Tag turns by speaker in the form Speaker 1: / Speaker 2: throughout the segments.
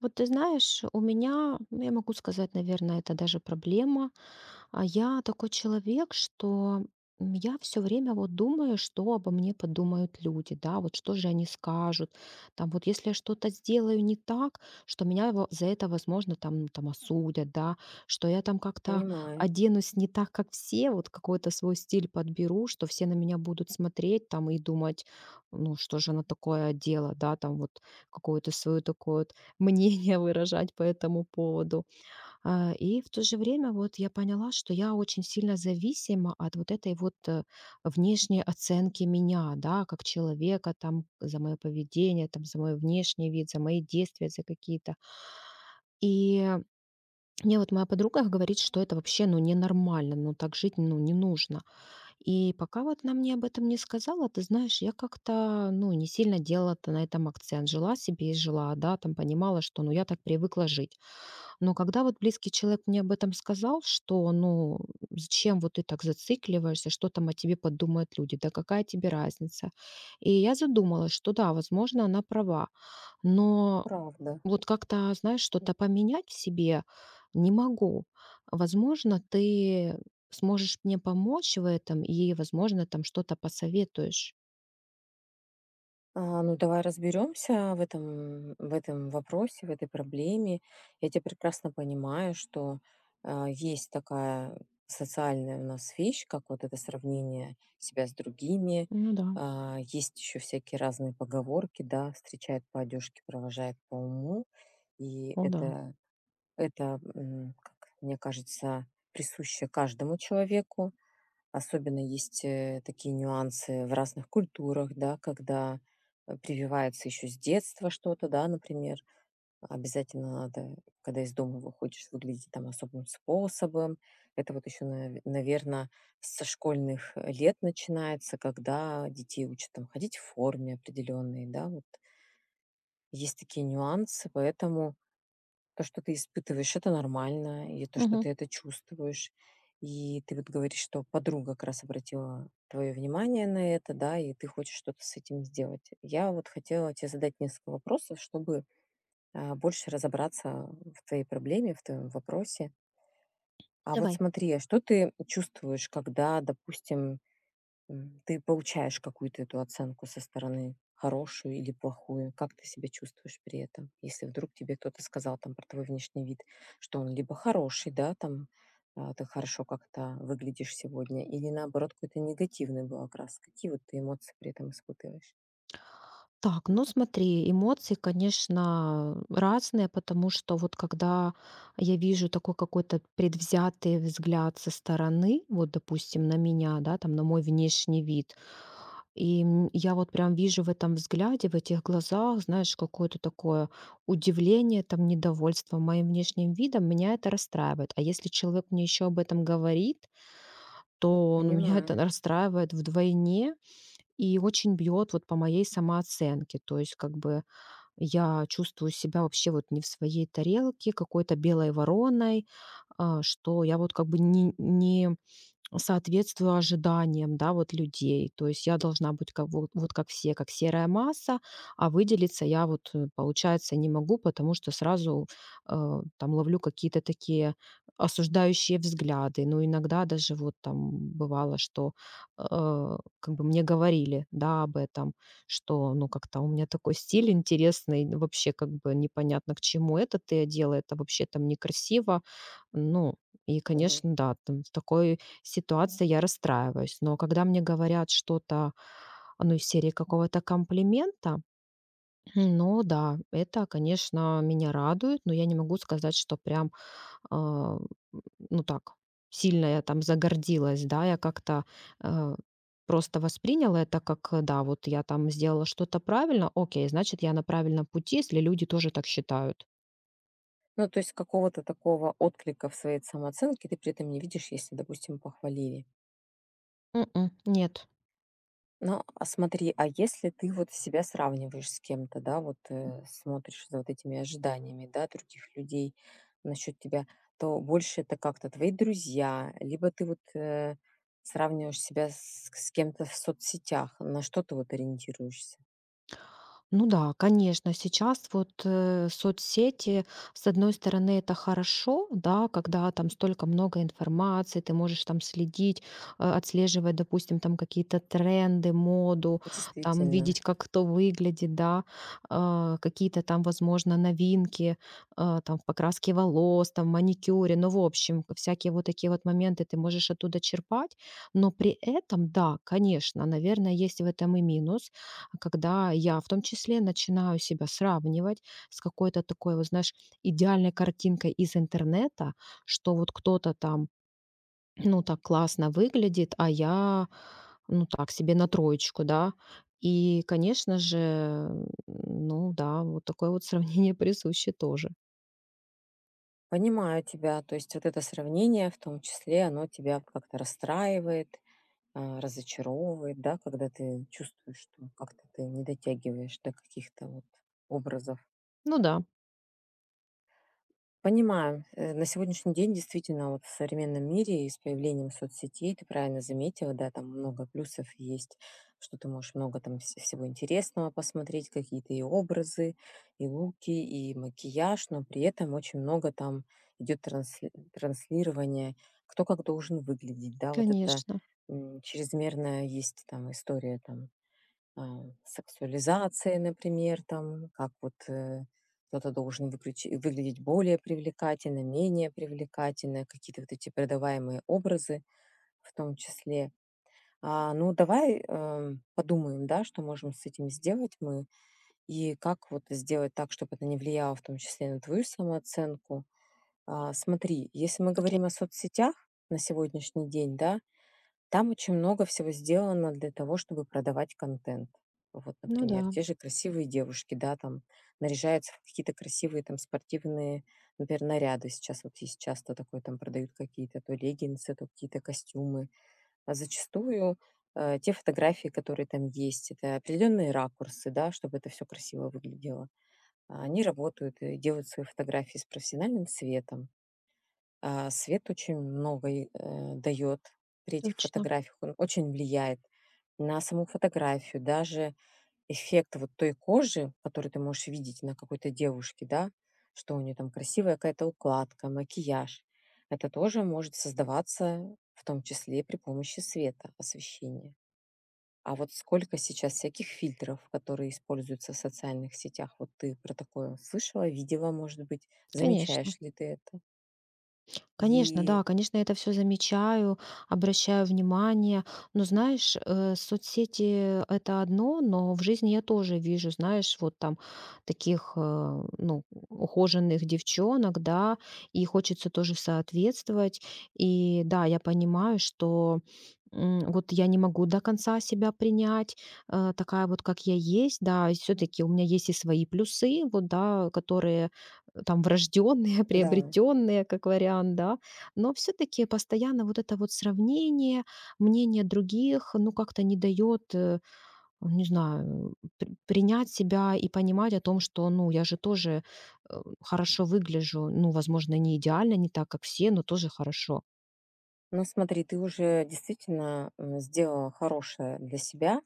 Speaker 1: Вот ты знаешь, у меня, ну, я могу сказать, наверное, это даже проблема. А я такой человек, что я все время вот думаю, что обо мне подумают люди, да, вот что же они скажут, там вот если я что-то сделаю не так, что меня за это, возможно, там осудят, да, что я там как-то
Speaker 2: Понимаю,
Speaker 1: оденусь не так, как все, вот какой-то свой стиль подберу, что все на меня будут смотреть там и думать, ну, что же она такое одела, да, там вот какое-то свое такое вот мнение выражать по этому поводу. А, и в то же время вот я поняла, что я очень сильно зависима от вот этой вот, внешней оценки меня, да, как человека, там, за мое поведение, там, за мой внешний вид, за мои действия, за какие-то. И мне вот моя подруга говорит, что это вообще, ну, ненормально, ну, так жить, ну, не нужно. И пока вот она мне об этом не сказала, ты знаешь, я как-то, ну, не сильно делала на этом акцент. Жила себе и жила, да, там, понимала, что, ну, я так привыкла жить. Но когда вот близкий человек мне об этом сказал, что, ну, зачем вот ты так зацикливаешься, что там о тебе подумают люди, да какая тебе разница? И я задумалась, что да, возможно, она права, но
Speaker 2: правда.
Speaker 1: вот как-то, знаешь, что-то поменять в себе не могу. Возможно, ты сможешь мне помочь в этом и, возможно, там что-то посоветуешь.
Speaker 2: Давай разберемся в этом вопросе, в этой проблеме. Я тебя прекрасно понимаю, что есть такая социальная у нас вещь, как вот это сравнение себя с другими.
Speaker 1: Ну да,
Speaker 2: Есть еще всякие разные поговорки, да, встречает по одежке, провожает по уму. И
Speaker 1: о да.
Speaker 2: это, как мне кажется, присуще каждому человеку. Особенно есть такие нюансы в разных культурах, да, когда прививается еще с детства что-то, да, например, обязательно надо, когда из дома выходишь, выглядеть там особым способом. Это вот еще, наверное, со школьных лет начинается, когда детей учат там ходить в форме определенной, да, вот есть такие нюансы, поэтому то, что ты испытываешь, это нормально, и то, что
Speaker 1: Мгм.
Speaker 2: ты это чувствуешь. И ты вот говоришь, что подруга как раз обратила твое внимание на это, да, и ты хочешь что-то с этим сделать. Я вот хотела тебе задать несколько вопросов, чтобы больше разобраться в твоей проблеме, в твоем вопросе. А вот
Speaker 1: Давай.
Speaker 2: смотри, а что ты чувствуешь, когда, допустим, ты получаешь какую-то эту оценку со стороны, хорошую или плохую? Как ты себя чувствуешь при этом? Если вдруг тебе кто-то сказал там про твой внешний вид, что он либо хороший, да, там ты хорошо как-то выглядишь сегодня, или наоборот какой-то негативный был окрас. Какие вот ты эмоции при этом испытываешь?
Speaker 1: Так, ну смотри, эмоции, конечно, разные, потому что вот когда я вижу такой какой-то предвзятый взгляд со стороны, вот, допустим, на меня, да, там, на мой внешний вид, и я вот прям вижу в этом взгляде, в этих глазах, знаешь, какое-то такое удивление, там, недовольство моим внешним видом, меня это расстраивает. А если человек мне еще об этом говорит, то он меня это
Speaker 2: Понимаю.
Speaker 1: расстраивает вдвойне, и очень бьет вот по моей самооценке. То есть как бы я чувствую себя вообще вот не в своей тарелке, какой-то белой вороной, что я вот как бы не соответствую ожиданиям, да, вот людей. То есть я должна быть как вот как все, как серая масса, а выделиться я вот, получается, не могу, потому что сразу там ловлю какие-то такие осуждающие взгляды. Ну, иногда даже вот там бывало, что э, как бы мне говорили, да, об этом, что, ну, как-то у меня такой стиль интересный, ну, вообще как бы непонятно, к чему это ты одела, это вообще там некрасиво, ну, и,
Speaker 2: Ой.
Speaker 1: конечно, да, там в такой ситуация, я расстраиваюсь. Но когда мне говорят что-то, ну, из серии какого-то комплимента, ну да, это, конечно, меня радует, но я не могу сказать, что прям, а, ну так, сильно я там загордилась, да, я как-то э, просто восприняла это как, да, вот я там сделала что-то правильно, окей, значит, я на правильном пути, если люди тоже так считают.
Speaker 2: Ну, то есть какого-то такого отклика в своей самооценке ты при этом не видишь, если, допустим, похвалили.
Speaker 1: м нет.
Speaker 2: Ну, а смотри, а если ты вот себя сравниваешь с кем-то, да, вот смотришь за вот этими ожиданиями, да, других людей насчет тебя, то больше это как-то твои друзья, либо ты вот сравниваешь себя с кем-то в соцсетях, на что ты вот ориентируешься.
Speaker 1: Ну да, конечно, сейчас вот соцсети, с одной стороны, это хорошо, да, когда там столько много информации, ты можешь там следить, отслеживать, допустим, там какие-то тренды, моду, там
Speaker 2: Действительно,
Speaker 1: видеть, как кто выглядит, да, какие-то там, возможно, новинки, там в покраске волос, там в маникюре, ну, в общем, всякие вот такие вот моменты ты можешь оттуда черпать, но при этом, да, конечно, наверное, есть в этом и минус, когда я в том числе начинаю себя сравнивать с какой-то такой, вот знаешь, идеальной картинкой из интернета, что вот кто-то там, ну, так классно выглядит, а я, ну, так себе на троечку, да. И, конечно же, ну да, вот такое вот сравнение присуще тоже.
Speaker 2: понимаю тебя, то есть вот это сравнение в том числе, оно тебя как-то расстраивает, разочаровывает, да, когда ты чувствуешь, что как-то ты не дотягиваешь до каких-то вот образов.
Speaker 1: Ну да,
Speaker 2: Понимаю. Э, на сегодняшний день действительно вот в современном мире и с появлением соцсетей, ты правильно заметила, да, там много плюсов есть, что ты можешь много там всего интересного посмотреть, какие-то и образы, и луки, и макияж, но при этом очень много там идет транслирование, кто как должен выглядеть, да, вот это
Speaker 1: конечно.
Speaker 2: чрезмерная есть там история там а, сексуализации, например, там, как вот кто-то должен выглядеть более привлекательно, менее привлекательно, какие-то вот эти продаваемые образы в том числе. Ну, давай подумаем, да, что можем с этим сделать мы, и как вот сделать так, чтобы это не влияло в том числе на твою самооценку. Смотри, если мы
Speaker 1: Окей.
Speaker 2: говорим о соцсетях на сегодняшний день, да, там очень много всего сделано для того, чтобы продавать контент. Вот,
Speaker 1: Ну да,
Speaker 2: например, те же красивые девушки, да, там наряжаются в какие-то красивые там спортивные, например, наряды. Сейчас вот есть часто такое, там продают какие-то то леггинсы, то какие-то костюмы. А зачастую те фотографии, которые там есть, это определенные ракурсы, да, чтобы это все красиво выглядело. А они работают и делают свои фотографии с профессиональным светом, свет очень много дает при этих
Speaker 1: точно.
Speaker 2: фотографиях. Он очень влияет на саму фотографию. Даже эффект вот той кожи, который ты можешь видеть на какой-то девушке, да, что у нее там красивая какая-то укладка, макияж. Это тоже может создаваться в том числе при помощи света, освещения. А вот сколько сейчас всяких фильтров, которые используются в социальных сетях. Вот ты про такое слышала, видела, может быть?
Speaker 1: Конечно.
Speaker 2: Замечаешь ли ты это?
Speaker 1: Конечно,
Speaker 2: И
Speaker 1: да, конечно, я это все замечаю, обращаю внимание. Но знаешь, соцсети- это одно, но в жизни я тоже вижу, знаешь, вот там таких, ну, ухоженных девчонок, да, и хочется тоже соответствовать. И да, я понимаю, что, вот я не могу до конца себя принять, такая вот, как я есть, да. Все таки у меня есть и свои плюсы, вот, да, которые там врожденные,
Speaker 2: да.
Speaker 1: приобретенные, как вариант, да. Но все-таки постоянно вот это вот сравнение, мнение других, ну, как-то не дает, не знаю, принять себя и понимать о том, что, ну, я же тоже хорошо выгляжу, ну, возможно, не идеально, не так, как все, но тоже хорошо.
Speaker 2: Ну, смотри, ты уже действительно сделала хорошее для себя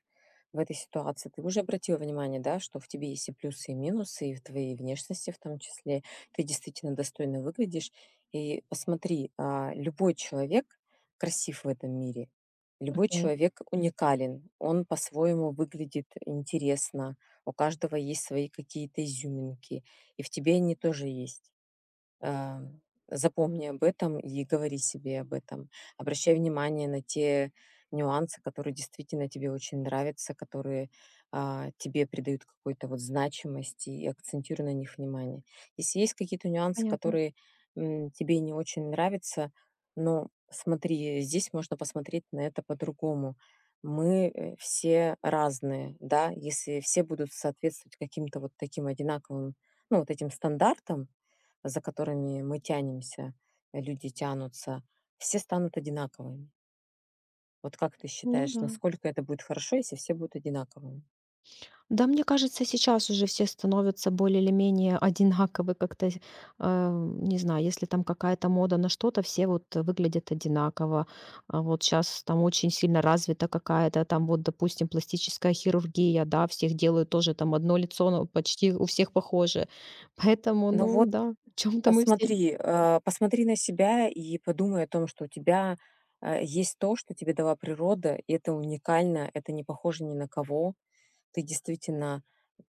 Speaker 2: в этой ситуации. Ты уже обратила внимание, да, что в тебе есть и плюсы, и минусы, и в твоей внешности в том числе. Ты действительно достойно выглядишь. И посмотри, любой человек красив в этом мире. Любой
Speaker 1: Окей.
Speaker 2: человек уникален. Он по-своему выглядит интересно. У каждого есть свои какие-то изюминки. И в тебе они тоже есть. Э, запомни об этом и говори себе об этом. Обращай внимание на те нюансы, которые действительно тебе очень нравятся, которые тебе придают какой-то вот значимости, и акцентируй на них внимание. Если есть какие-то нюансы,
Speaker 1: Понятно.
Speaker 2: которые тебе не очень нравятся, но смотри, здесь можно посмотреть на это по-другому. Мы все разные, да, если все будут соответствовать каким-то вот таким одинаковым, ну, вот этим стандартам, за которыми мы тянемся, люди тянутся, все станут одинаковыми. Вот как ты
Speaker 1: Ну
Speaker 2: считаешь,
Speaker 1: да.
Speaker 2: насколько это будет хорошо, если все будут одинаковыми?
Speaker 1: Да, мне кажется, сейчас уже все становятся более или менее одинаковы как-то, не знаю, если там какая-то мода на что-то, все вот выглядят одинаково. А вот сейчас там очень сильно развита какая-то там вот, допустим, пластическая хирургия, да, всех делают тоже там одно лицо, но почти у всех похоже. Поэтому,
Speaker 2: Ну
Speaker 1: ну
Speaker 2: вот,
Speaker 1: да, в чем-то мы все.
Speaker 2: смотри, посмотри на себя и подумай о том, что у тебя есть то, что тебе дала природа, и это уникально, это не похоже ни на кого. Ты действительно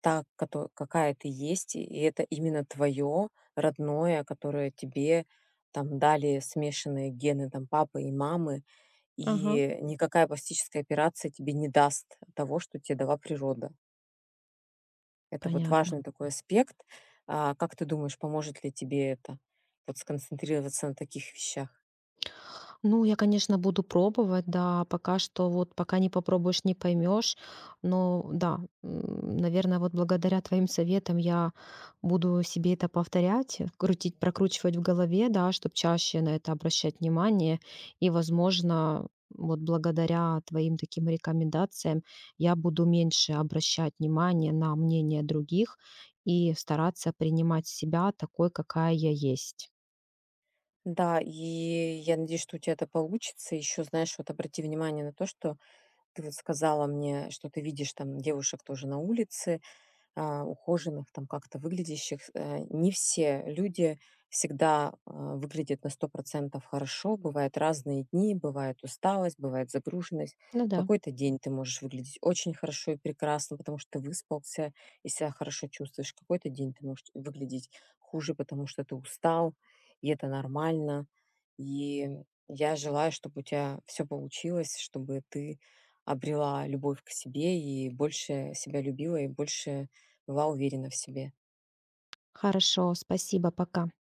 Speaker 2: та, какая ты есть, и это именно твое родное, которое тебе там дали смешанные гены там папы и мамы,
Speaker 1: Ага,
Speaker 2: и никакая пластическая операция тебе не даст того, что тебе дала природа. Это вот
Speaker 1: понятно.
Speaker 2: важный такой аспект. А, как ты думаешь, поможет ли тебе это, вот сконцентрироваться на таких вещах?
Speaker 1: Ну, я, конечно, буду пробовать, да, пока что вот, пока не попробуешь, не поймешь. Но да, наверное, вот благодаря твоим советам я буду себе это повторять, крутить, прокручивать в голове, да, чтобы чаще на это обращать внимание. И, возможно, вот благодаря твоим таким рекомендациям я буду меньше обращать внимание на мнение других и стараться принимать себя такой, какая я есть.
Speaker 2: Да, и я надеюсь, что у тебя это получится. Еще, знаешь, вот обрати внимание на то, что ты вот сказала мне, что ты видишь там девушек тоже на улице, ухоженных, там как-то выглядящих. Э, не все люди всегда выглядят на 100% хорошо. Бывают разные дни, бывает усталость, бывает загруженность.
Speaker 1: Ну
Speaker 2: В
Speaker 1: да,
Speaker 2: какой-то день ты можешь выглядеть очень хорошо и прекрасно, потому что ты выспался и себя хорошо чувствуешь. В какой-то день ты можешь выглядеть хуже, потому что ты устал, и это нормально. И я желаю, чтобы у тебя все получилось, чтобы ты обрела любовь к себе и больше себя любила, и больше была уверена в себе.
Speaker 1: хорошо, спасибо, пока.